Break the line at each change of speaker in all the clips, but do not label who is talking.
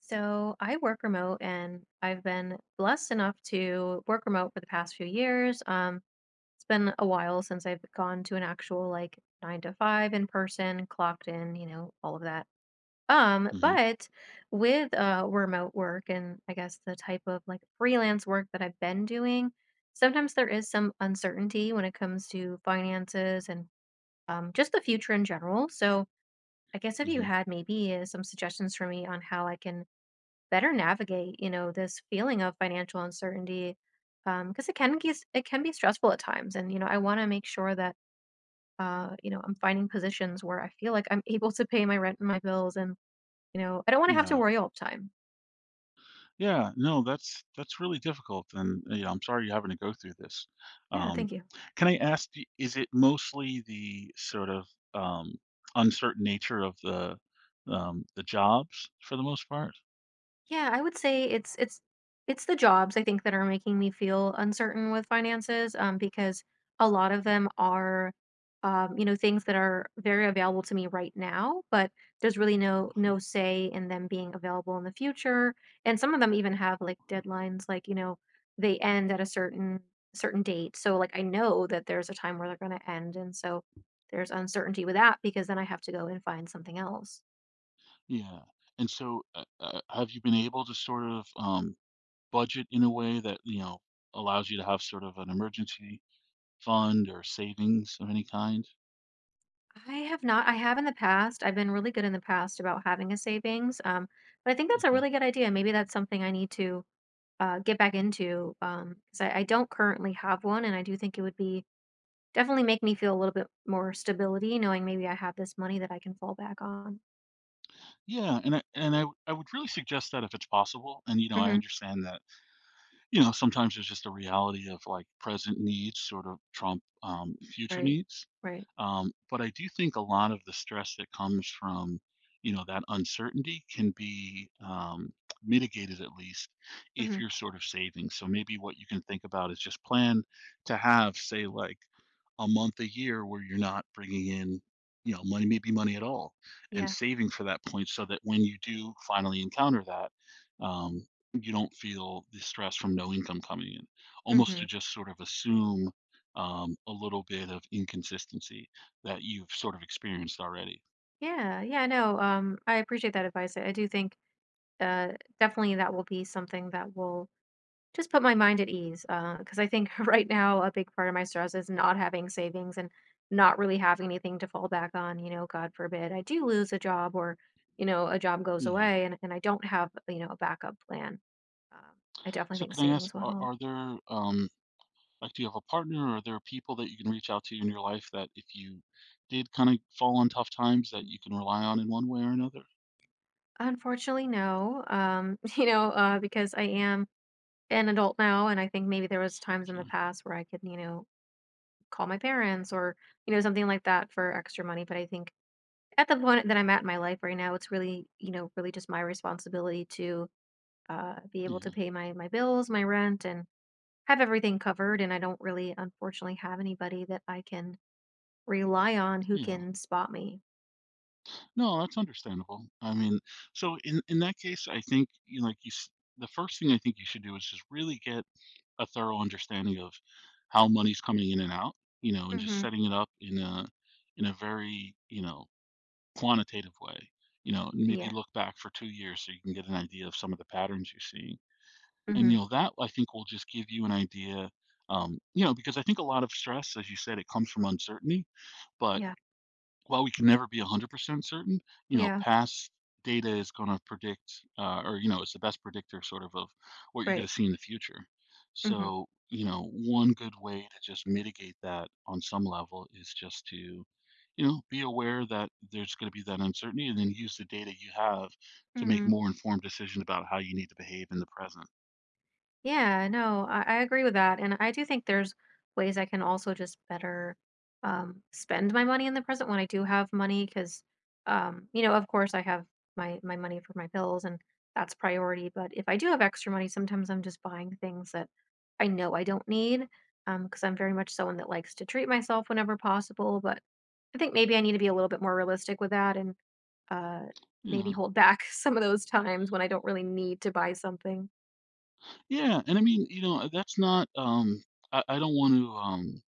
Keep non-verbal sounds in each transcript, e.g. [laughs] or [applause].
So I work remote, and I've been blessed enough to work remote for the past few years. It's been a while since I've gone to an actual, like, nine to five in person, clocked in, you know, all of that. Um,
hmm
but with uh remote work and, I guess, the type of like freelance work that I've been doing, sometimes there is some uncertainty when it comes to finances and just the future in general. So I guess if you
hmm
had maybe some suggestions for me on how I can better navigate, you know, this feeling of financial uncertainty, because it can be stressful at times, and, you know, I wanna make sure that, you know, I'm finding positions where I feel like I'm able to pay my rent and my bills and, you know, I don't wanna have to
Yeah.
worry all the time.
Yeah. No, that's really difficult, and you know, I'm sorry you're having to go through this.
Yeah,
Um,
thank you.
can I ask, is it mostly the sort of um, uncertain nature of the jobs for the most part?
Yeah, I would say it's the jobs, I think, that are making me feel uncertain with finances, because a lot of them are, you know, things that are very available to me right now, but there's really no say in them being available in the future. And some of them even have like deadlines, like, you know, they end at a certain date. So, like, I know that there's a time where they're going to end, and so there's uncertainty with that because then I have to go and find something else.
Yeah. And so, have you been able to sort of budget in a way that you know allows you to have sort of an emergency fund or savings of any kind?
I have not. I have in the past. I've been really good in the past about having a savings. But I think that's a
Okay.
really good idea. Maybe that's something I need to get back into, because I don't currently have one, and I do think it would be definitely make me feel a little bit more stability, knowing maybe I have this money that I can fall back on.
Yeah, and I would really suggest that if it's possible, and, you know, I
Hmm.
understand that, you know, sometimes it's just a reality of like present needs sort of trump future
Right,
needs.
right.
But I do think a lot of the stress that comes from, you know, that uncertainty can be mitigated at least if
Mm-hmm.
you're sort of saving. So maybe what you can think about is just plan to have, say, like a month a year where you're not bringing in, you know, money, maybe money at all, and
Yeah.
saving for that point so that when you do finally encounter that, um, you don't feel the stress from no income coming in, almost
Mm-hmm.
to just sort of assume a little bit of inconsistency that you've sort of experienced already.
Yeah. Yeah. No. I appreciate that advice. I do think, uh, definitely that will be something that will just put my mind at ease, because I think [laughs] right now a big part of my stress is not having savings and not really having anything to fall back on, you know, God forbid I do lose a job or, you know, a job goes
Yeah.
away and, I don't have, you know, a backup plan. Um, I definitely
So
think
can I ask,
savings will
are,
help.
are there like, do you have a partner or are there people that you can reach out to in your life that if you did kind of fall on tough times that you can rely on in one way or another?
Unfortunately, no. [laughs] You know, because I
Mm.
am an adult now, and I think maybe there was times in the
Sure.
past where I could, you know, call my parents or, you know, something like that for extra money. But I think, at the point that I'm at in my life right now, it's really, you know, really just my responsibility to be able to
Yeah.
pay my bills, my rent, and have everything covered. And I don't really, unfortunately, have anybody that I can rely on who
Yeah.
can spot me.
No, that's understandable. I mean, so in that case, I think you know, the first thing I think you should do is just really get a thorough understanding of how money's coming in and out, you know, and just
Hmm.
setting it up in a very, you know, quantitative way. You know, and maybe
Yeah.
look back for 2 years so you can get an idea of some of the patterns you see. And
Hmm.
you know, that I think will just give you an idea. You know, because I think a lot of stress, as you said, it comes from uncertainty. But
Yeah.
while we can never be 100% certain, you know,
Yeah.
past data is going to predict, or, you know, it's the best predictor sort of what you're going
Right.
to see in the future.
Hmm.
So, you know, one good way to just mitigate that on some level is just to, you know, be aware that there's going to be that uncertainty and then use the data you have to make
Hmm.
more informed decision about how you need to behave in the present.
Yeah, no, I agree with that. And I do think there's ways I can also just better, spend my money in the present when I do have money, because, you know, of course I have my money for my bills, and that's priority. But if I do have extra money, sometimes I'm just buying things that I know I don't need, because I'm very much someone that likes to treat myself whenever possible. But I think maybe I need to be a little bit more realistic with that and, uh, maybe
Yeah.
hold back [laughs] some of those times when I don't really need to buy something.
Yeah. And I mean, you know, that's not, I don't want to,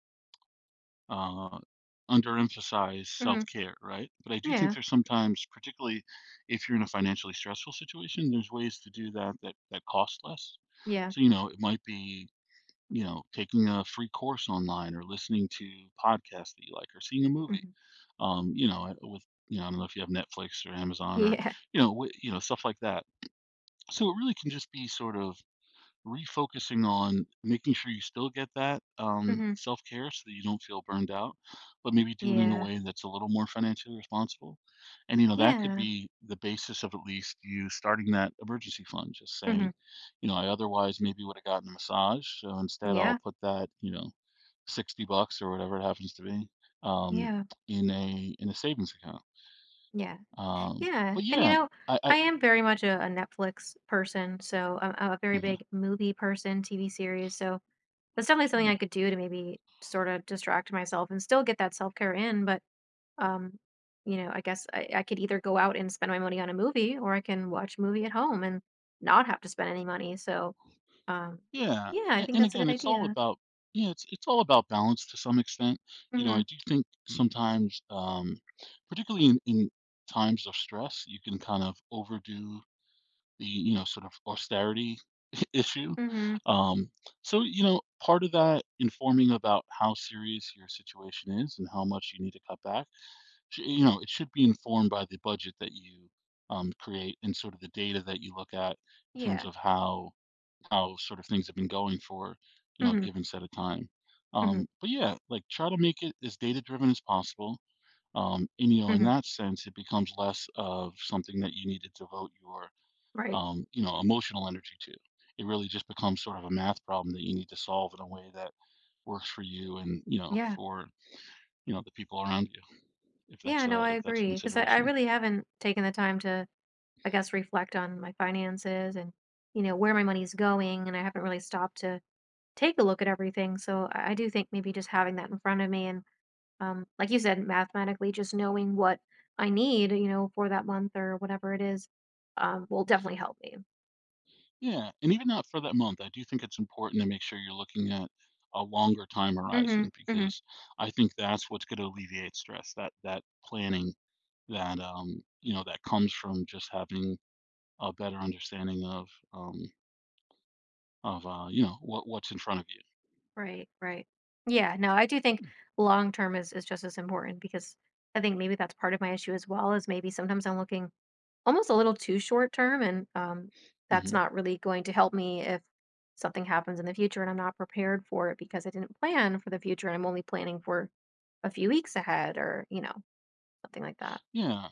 uh, underemphasize
Hmm.
self-care, right? But I do think
Yeah.
there's sometimes, particularly if you're in a financially stressful situation, there's ways to do that that cost less.
Yeah.
So, you know, it might be, you know, taking a free course online or listening to podcasts that you like or seeing a movie.
Mhm.
You know, with you know, I don't know if you have Netflix or Amazon or
Yeah.
you know, you know, stuff like that. So it really can just be sort of refocusing on making sure you still get that,
Mhm.
self-care so that you don't feel burned out, but maybe do it in a
Yeah.
way that's a little more financially responsible. And, you know, that could
Yeah.
be the basis of at least you starting that emergency fund, just
Mhm.
saying, you know, I otherwise maybe would have gotten a massage, so instead I'll
Yeah.
put that, you know, 60 bucks or whatever it happens to be, um,
Yeah.
in a savings account.
Yeah.
Um,
Yeah.
but
And you
yeah,
know,
I
I am very much a Netflix person, so I'm a very
mhm,
big movie person, TV series. So that's definitely something
sure.
I could do to maybe sort of distract myself and still get that self care in. But, um, you know, I guess I could either go out and spend my money on a movie, or I can watch a movie at home and not have to spend any money. So, um,
Yeah,
yeah, I
a
think
and
that's a
again,
good
it's all
idea.
about yeah, it's all about balance to some extent. You know,
Mhm.
I do think sometimes, particularly in times of stress, you can kind of overdo the, you know, sort of austerity [laughs] issue.
Mhm.
Um, so, you know, part of that informing about how serious your situation is and how much you need to cut back, sh you know, it should be informed by the budget that you, create and sort of the data that you look at in terms
Yeah.
of how sort of things have been going for, you know, a
Mhm,
given set of time.
mhm,
But yeah, like try to make it as data driven as possible. And you know, in
mhm,
that sense, it becomes less of something that you need to devote your
right.
you know, emotional energy to. It really just becomes sort of a math problem that you need to solve in a way that works for you and you know
Yeah,
for you know the people around you if
yeah,
that's
no,
a
I
if that's a
agree, 'cause I
consideration.
really haven't taken the time to, I guess, reflect on my finances and, you know, where my money's going, and I haven't really stopped to take a look at everything, so I do think maybe just having that in front of me and, like you said, mathematically just knowing what I need, you know, for that month or whatever it is, will definitely help me.
Yeah, and even not for that month, I do think it's important to make sure you're looking at a longer time
Mhm,
horizon
mhm.
because I think that's what's going to alleviate stress. That that planning that you know that comes from just having a better understanding of you know what what's in front of
Right, right. Yeah, no, I do think long term is just as important, because I think maybe that's part of my issue as well is maybe sometimes I'm looking almost a little too short term, and
you.
that's not really going to help me if something happens in the future and I'm not prepared for it, because I didn't plan for the future and I'm only planning for a few weeks ahead or, you know, something like that.
Yeah,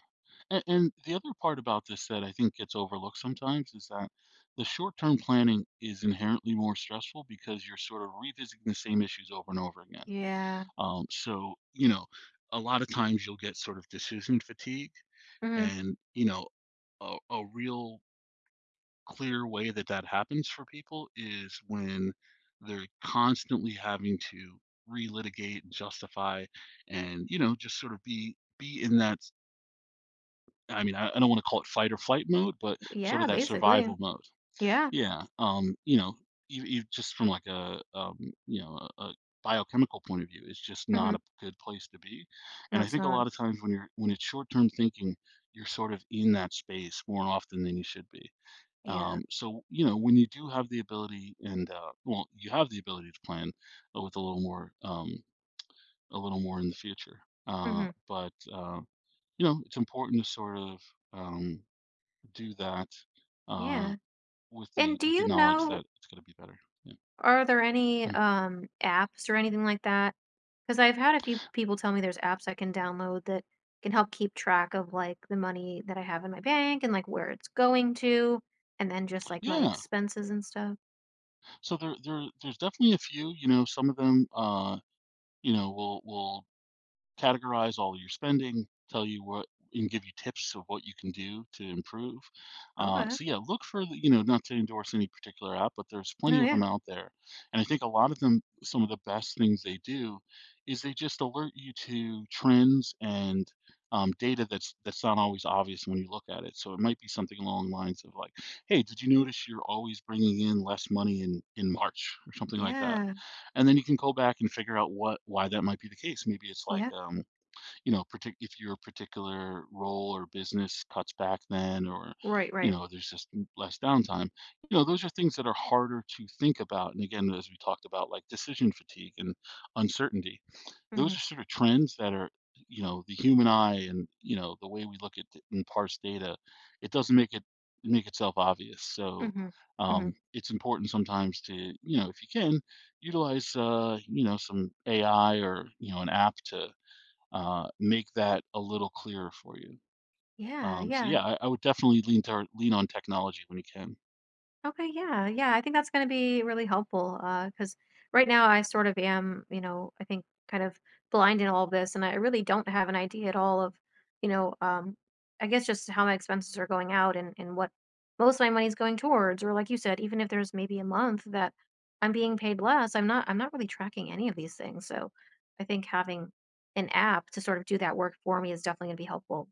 and the other part about this that I think gets overlooked sometimes is that the short-term planning is inherently more stressful because you're sort of revisiting the same issues over and over again.
Yeah.
So, you know, a lot of times you'll get sort of decision fatigue
Hmm.
and, you know, a real clear way that that happens for people is when they're constantly having to relitigate and justify and, you know, just sort of be in that, I mean, I don't want to call it fight or flight mode, but sort
Yeah,
of that
basically.
survival mode.
Yeah.
Yeah, you know, you just from like you know, a biochemical point of view, it's just
Hmm.
not a good place to be, and
No,
I
it's
think a
not.
lot of times when you're when it's short-term thinking, you're sort of in that space more often than you should be.
Yeah.
So, you know, when you do have the ability and, well, you have the ability to plan, with a little more in the future, uh,
Hmm.
but, uh, you know, it's important to sort of, um, do that, uh
Yeah. And do
with the
you
knowledge
know,
that it's going to be better. Yeah.
are there any,
Mm.
apps or anything like that? Because 'Cause I've had a few people tell me there's apps I can download that can help keep track of, like, the money that I have in my bank and, like, where it's going to, and then just, like, my
Yeah.
expenses and stuff.
So there's definitely a few, you know, some of them you know, will categorize all your spending, tell you what and give you tips of what you can do to improve.
Okay.
So yeah, look for the, you know, not to endorse any particular app, but there's plenty
No,
of
yeah.
them out there. And I think a lot of them, some of the best things they do is they just alert you to trends and data that's not always obvious when you look at it. So it might be something along the lines of like, hey, did you notice you're always bringing in less money in March or something like that?
Yeah.
And then you can go back and figure out what why that might be the case. Maybe it's like
Yeah.
you know, if your particular role or business cuts back then, or,
Right,
you
right.
know, there's just less downtime, you know, those are things that are harder to think about. And again, as we talked about, like decision fatigue and uncertainty, those
Mhm.
are sort of trends that are, you know, the human eye and, you know, the way we look at and parse data, it doesn't make it make itself obvious. So,
Mhm. Mhm.
it's important sometimes to, you know, if you can, utilize, you know, some AI or, you know, an app to make that a little clearer for you.
Yeah,
So
yeah.
yeah, I would definitely lean toward lean on technology when you can.
Okay, yeah, yeah. I think that's going to be really helpful because right now I sort of am, you know, I think kind of blind in all of this, and I really don't have an idea at all of, you know, I guess just how my expenses are going out and what most of my money's going towards, or like you said, even if there's maybe a month that I'm being paid less, I'm not really tracking any of these things. So I think having an app to sort of do that work for me is definitely going to be helpful.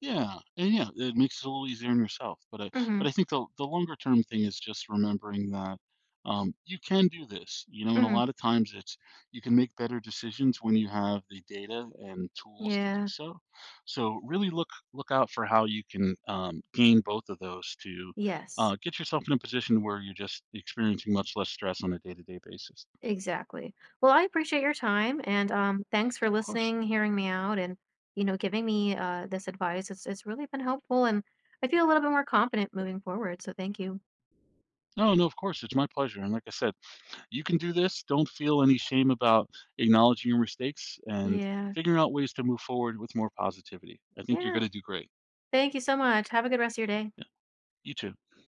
Yeah, and yeah, it makes it a little easier on yourself. But I
Mm-hmm.
but I think the longer term thing is just remembering that you can do this. You know, and a
Mm-hmm.
lot of times it's you can make better decisions when you have the data and tools to do
Yeah.
so. So really look out for how you can gain both of those to
Yes.
get yourself in a position where you're just experiencing much less stress on a day to day basis.
Exactly. Well, I appreciate your time and, thanks for
Of course.
listening, hearing me out, and you know, giving me, this advice. It's really been helpful, and I feel a little bit more confident moving forward. So thank you.
No, no, of course. It's my pleasure. And like I said, you can do this. Don't feel any shame about acknowledging your mistakes and
Yeah,
figuring out ways to move forward with more positivity. I think you're
yeah.
going to do great.
Thank you so much. Have a good rest of your day.
Yeah. You too.